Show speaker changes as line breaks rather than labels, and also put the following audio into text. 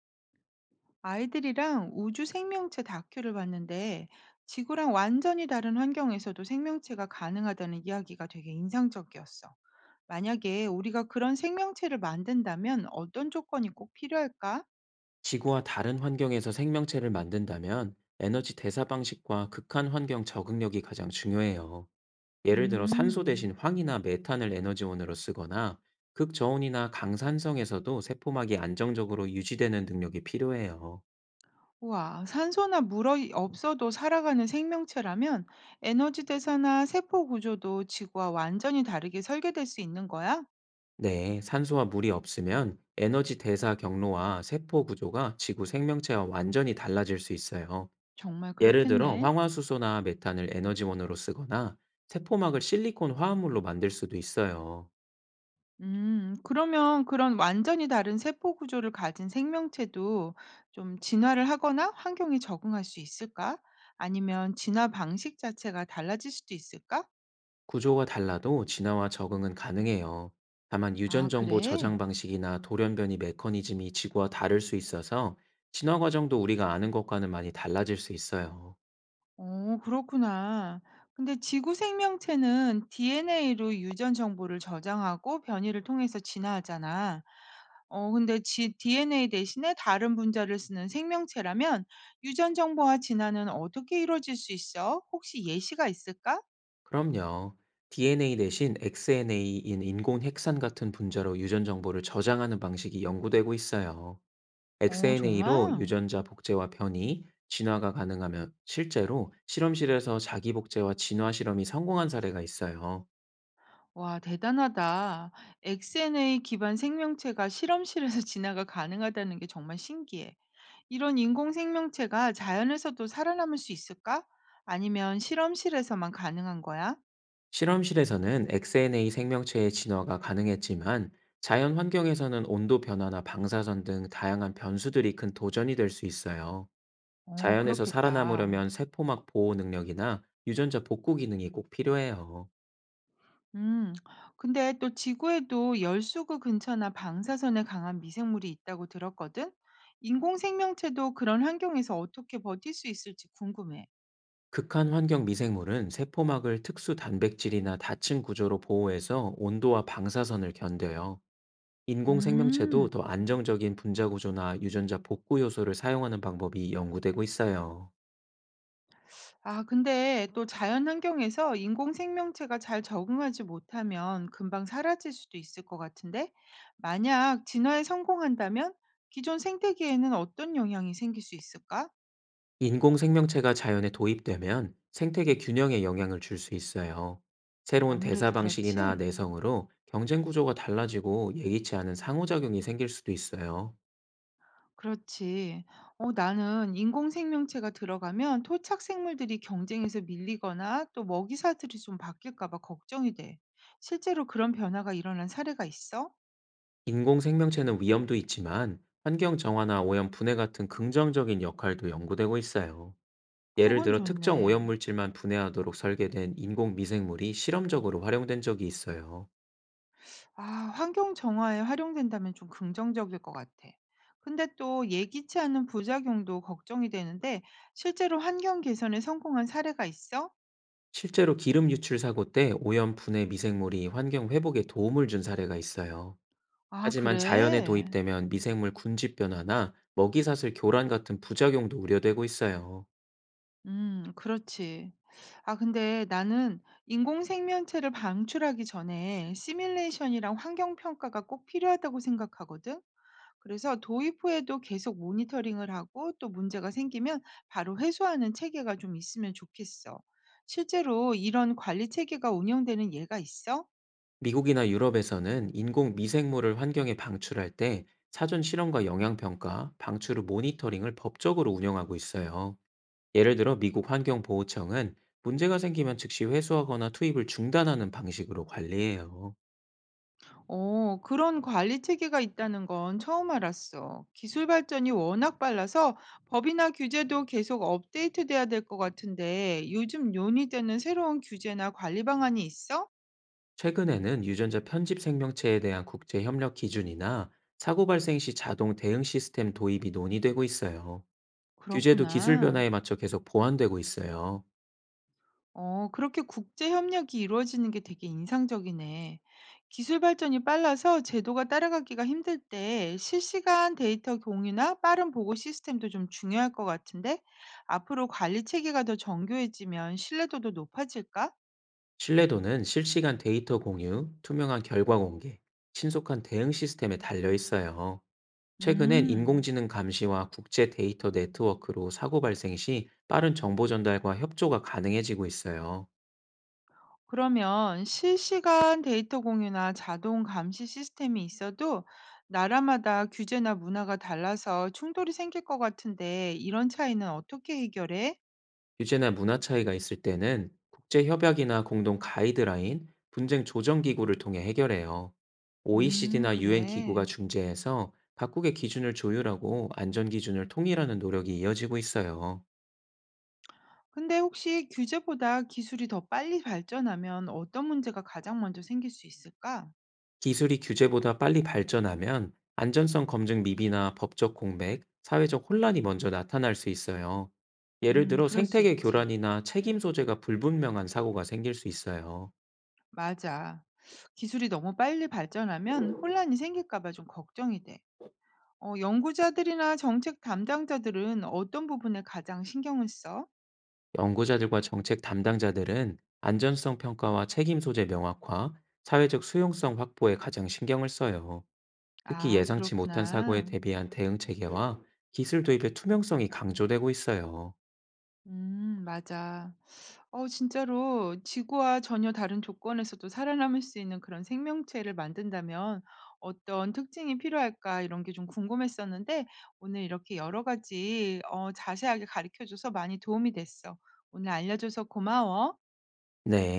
아이들이랑 우주 생명체 다큐를 봤는데 지구랑 완전히 다른 환경에서도 생명체가 가능하다는 이야기가 되게 인상적이었어. 만약에 우리가 그런 생명체를 만든다면 어떤 조건이 꼭 필요할까?
지구와 다른 환경에서 생명체를 만든다면 에너지 대사 방식과 극한 환경 적응력이 가장 중요해요. 예를 들어 산소
음,
대신 황이나 메탄을 에너지원으로 쓰거나 극저온이나 강산성에서도 세포막이 안정적으로 유지되는 능력이 필요해요.
우와, 산소나 물이 없어도 살아가는 생명체라면 에너지 대사나 세포 구조도 지구와 완전히 다르게 설계될 수 있는 거야?
네, 산소와 물이 없으면 에너지 대사 경로와 세포 구조가 지구 생명체와 완전히 달라질 수 있어요.
정말
예를 들어
그렇겠네.
황화수소나 메탄을 에너지원으로 쓰거나 세포막을 실리콘 화합물로 만들 수도 있어요.
음. 그러면 그런 완전히 다른 세포 구조를 가진 생명체도 좀 진화를 하거나 환경에 적응할 수 있을까? 아니면 진화 방식 자체가 달라질 수도 있을까?
구조가 달라도 진화와 적응은 가능해요. 다만 유전
아,
정보
그래?
저장 방식이나 돌연변이 메커니즘이 지구와 다를 수 있어서 진화 과정도 우리가 아는 것과는 많이 달라질 수 있어요.
어, 그렇구나. 근데 지구 생명체는 DNA로 유전 정보를 저장하고 변이를 통해서 진화하잖아. 근데 DNA 대신에 다른 분자를 쓰는 생명체라면 유전 정보와 진화는 어떻게 이루어질 수 있어? 혹시 예시가 있을까?
그럼요. DNA 대신 XNA인 인공 핵산 같은 분자로 유전 정보를 저장하는 방식이 연구되고 있어요.
어, 정말?
XNA로 유전자 복제와 변이, 진화가 가능하며, 실제로 실험실에서 자기 복제와 진화 실험이 성공한 사례가 있어요.
와, 대단하다. XNA 기반 생명체가 실험실에서 진화가 가능하다는 게 정말 신기해. 이런 인공 생명체가 자연에서도 살아남을 수 있을까? 아니면 실험실에서만 가능한 거야?
실험실에서는 엑스엔에이 생명체의 진화가 가능했지만, 자연 환경에서는 온도 변화나 방사선 등 다양한 변수들이 큰 도전이 될 수 있어요.
어,
자연에서
그렇겠다.
살아남으려면 세포막 보호 능력이나 유전자 복구 기능이 꼭 필요해요.
음, 근데 또 지구에도 열수구 근처나 방사선에 강한 미생물이 있다고 들었거든? 인공 생명체도 그런 환경에서 어떻게 버틸 수 있을지 궁금해.
극한 환경 미생물은 세포막을 특수 단백질이나 다층 구조로 보호해서 온도와 방사선을 견뎌요. 인공 생명체도
음.
더 안정적인 분자 구조나 유전자 복구 요소를 사용하는 방법이 연구되고 있어요.
아, 근데 또 자연 환경에서 인공 생명체가 잘 적응하지 못하면 금방 사라질 수도 있을 것 같은데, 만약 진화에 성공한다면 기존 생태계에는 어떤 영향이 생길 수 있을까?
인공 생명체가 자연에 도입되면 생태계 균형에 영향을 줄 수 있어요. 새로운 대사
아무래도
방식이나
그렇지.
내성으로 경쟁 구조가 달라지고 예기치 않은 상호작용이 생길 수도 있어요.
그렇지. 어, 나는 인공 생명체가 들어가면 토착 생물들이 경쟁에서 밀리거나 또 먹이 사슬이 좀 바뀔까 봐 걱정이 돼. 실제로 그런 변화가 일어난 사례가 있어?
인공 생명체는 위험도 있지만 환경 정화나 오염 분해 같은 긍정적인 역할도 연구되고 있어요. 예를
그건
들어 특정 오염
좋네.
물질만 분해하도록 설계된 인공 미생물이 실험적으로 활용된 적이 있어요.
아, 환경 정화에 활용된다면 좀 긍정적일 것 같아. 근데 또 예기치 않은 부작용도 걱정이 되는데 실제로 환경 개선에 성공한 사례가 있어?
실제로 기름 유출 사고 때 오염 분해 미생물이 환경 회복에 도움을 준 사례가 있어요.
아,
하지만 자연에
그래?
도입되면 미생물 군집 변화나 먹이사슬 교란 같은 부작용도 우려되고 있어요.
그렇지. 아, 근데 나는 인공 생명체를 방출하기 전에 시뮬레이션이랑 환경 평가가 꼭 필요하다고 생각하거든. 그래서 도입 후에도 계속 모니터링을 하고 또 문제가 생기면 바로 회수하는 체계가 좀 있으면 좋겠어. 실제로 이런 관리 체계가 운영되는 예가 있어?
미국이나 유럽에서는 인공 미생물을 환경에 방출할 때 사전 실험과 영향평가, 방출후 모니터링을 법적으로 운영하고 있어요. 예를 들어 미국 환경보호청은 문제가 생기면 즉시 회수하거나 투입을 중단하는 방식으로 관리해요.
그런 관리 체계가 있다는 건 처음 알았어. 기술 발전이 워낙 빨라서 법이나 규제도 계속 업데이트돼야 될 것 같은데 요즘 논의되는 새로운 규제나 관리 방안이 있어?
최근에는 유전자 편집 생명체에 대한 국제 협력 기준이나 사고 발생 시 자동 대응 시스템 도입이 논의되고 있어요. 규제도 기술
그렇구나.
변화에 맞춰 계속 보완되고 있어요.
그렇게 국제 협력이 이루어지는 게 되게 인상적이네. 기술 발전이 빨라서 제도가 따라가기가 힘들 때 실시간 데이터 공유나 빠른 보고 시스템도 좀 중요할 것 같은데 앞으로 관리 체계가 더 정교해지면 신뢰도도 높아질까?
신뢰도는 실시간 데이터 공유, 투명한 결과 공개, 신속한 대응 시스템에 달려 있어요. 최근엔
음,
인공지능 감시와 국제 데이터 네트워크로 사고 발생 시 빠른 정보 전달과 협조가 가능해지고 있어요.
그러면 실시간 데이터 공유나 자동 감시 시스템이 있어도 나라마다 규제나 문화가 달라서 충돌이 생길 것 같은데 이런 차이는 어떻게 해결해?
규제나 문화 차이가 있을 때는 국제 협약이나 공동 가이드라인, 분쟁 조정 기구를 통해 해결해요. OECD나 UN 기구가
그래.
중재해서 각국의 기준을 조율하고 안전 기준을 통일하는 노력이 이어지고 있어요.
근데 혹시 규제보다 기술이 더 빨리 발전하면 어떤 문제가 가장 먼저 생길 수 있을까?
기술이 규제보다 빨리 발전하면 안전성 검증 미비나 법적 공백, 사회적 혼란이 먼저 나타날 수 있어요. 예를 들어
그럴 수
생태계
있지.
교란이나 책임 소재가 불분명한 사고가 생길 수 있어요.
맞아. 기술이 너무 빨리 발전하면 혼란이 생길까 봐 좀 걱정이 돼. 어, 연구자들이나 정책 담당자들은 어떤 부분에 가장 신경을 써?
연구자들과 정책 담당자들은 안전성 평가와 책임 소재 명확화, 사회적 수용성 확보에 가장 신경을 써요. 특히
아,
예상치 못한 사고에
그렇구나.
대비한 대응 체계와 기술 도입의 투명성이 강조되고 있어요.
맞아. 진짜로 지구와 전혀 다른 조건에서도 살아남을 수 있는 그런 생명체를 만든다면 어떤 특징이 필요할까 이런 게 좀 궁금했었는데 오늘 이렇게 여러 가지 자세하게 가르쳐 줘서 많이 도움이 됐어. 오늘 알려줘서 고마워.
네.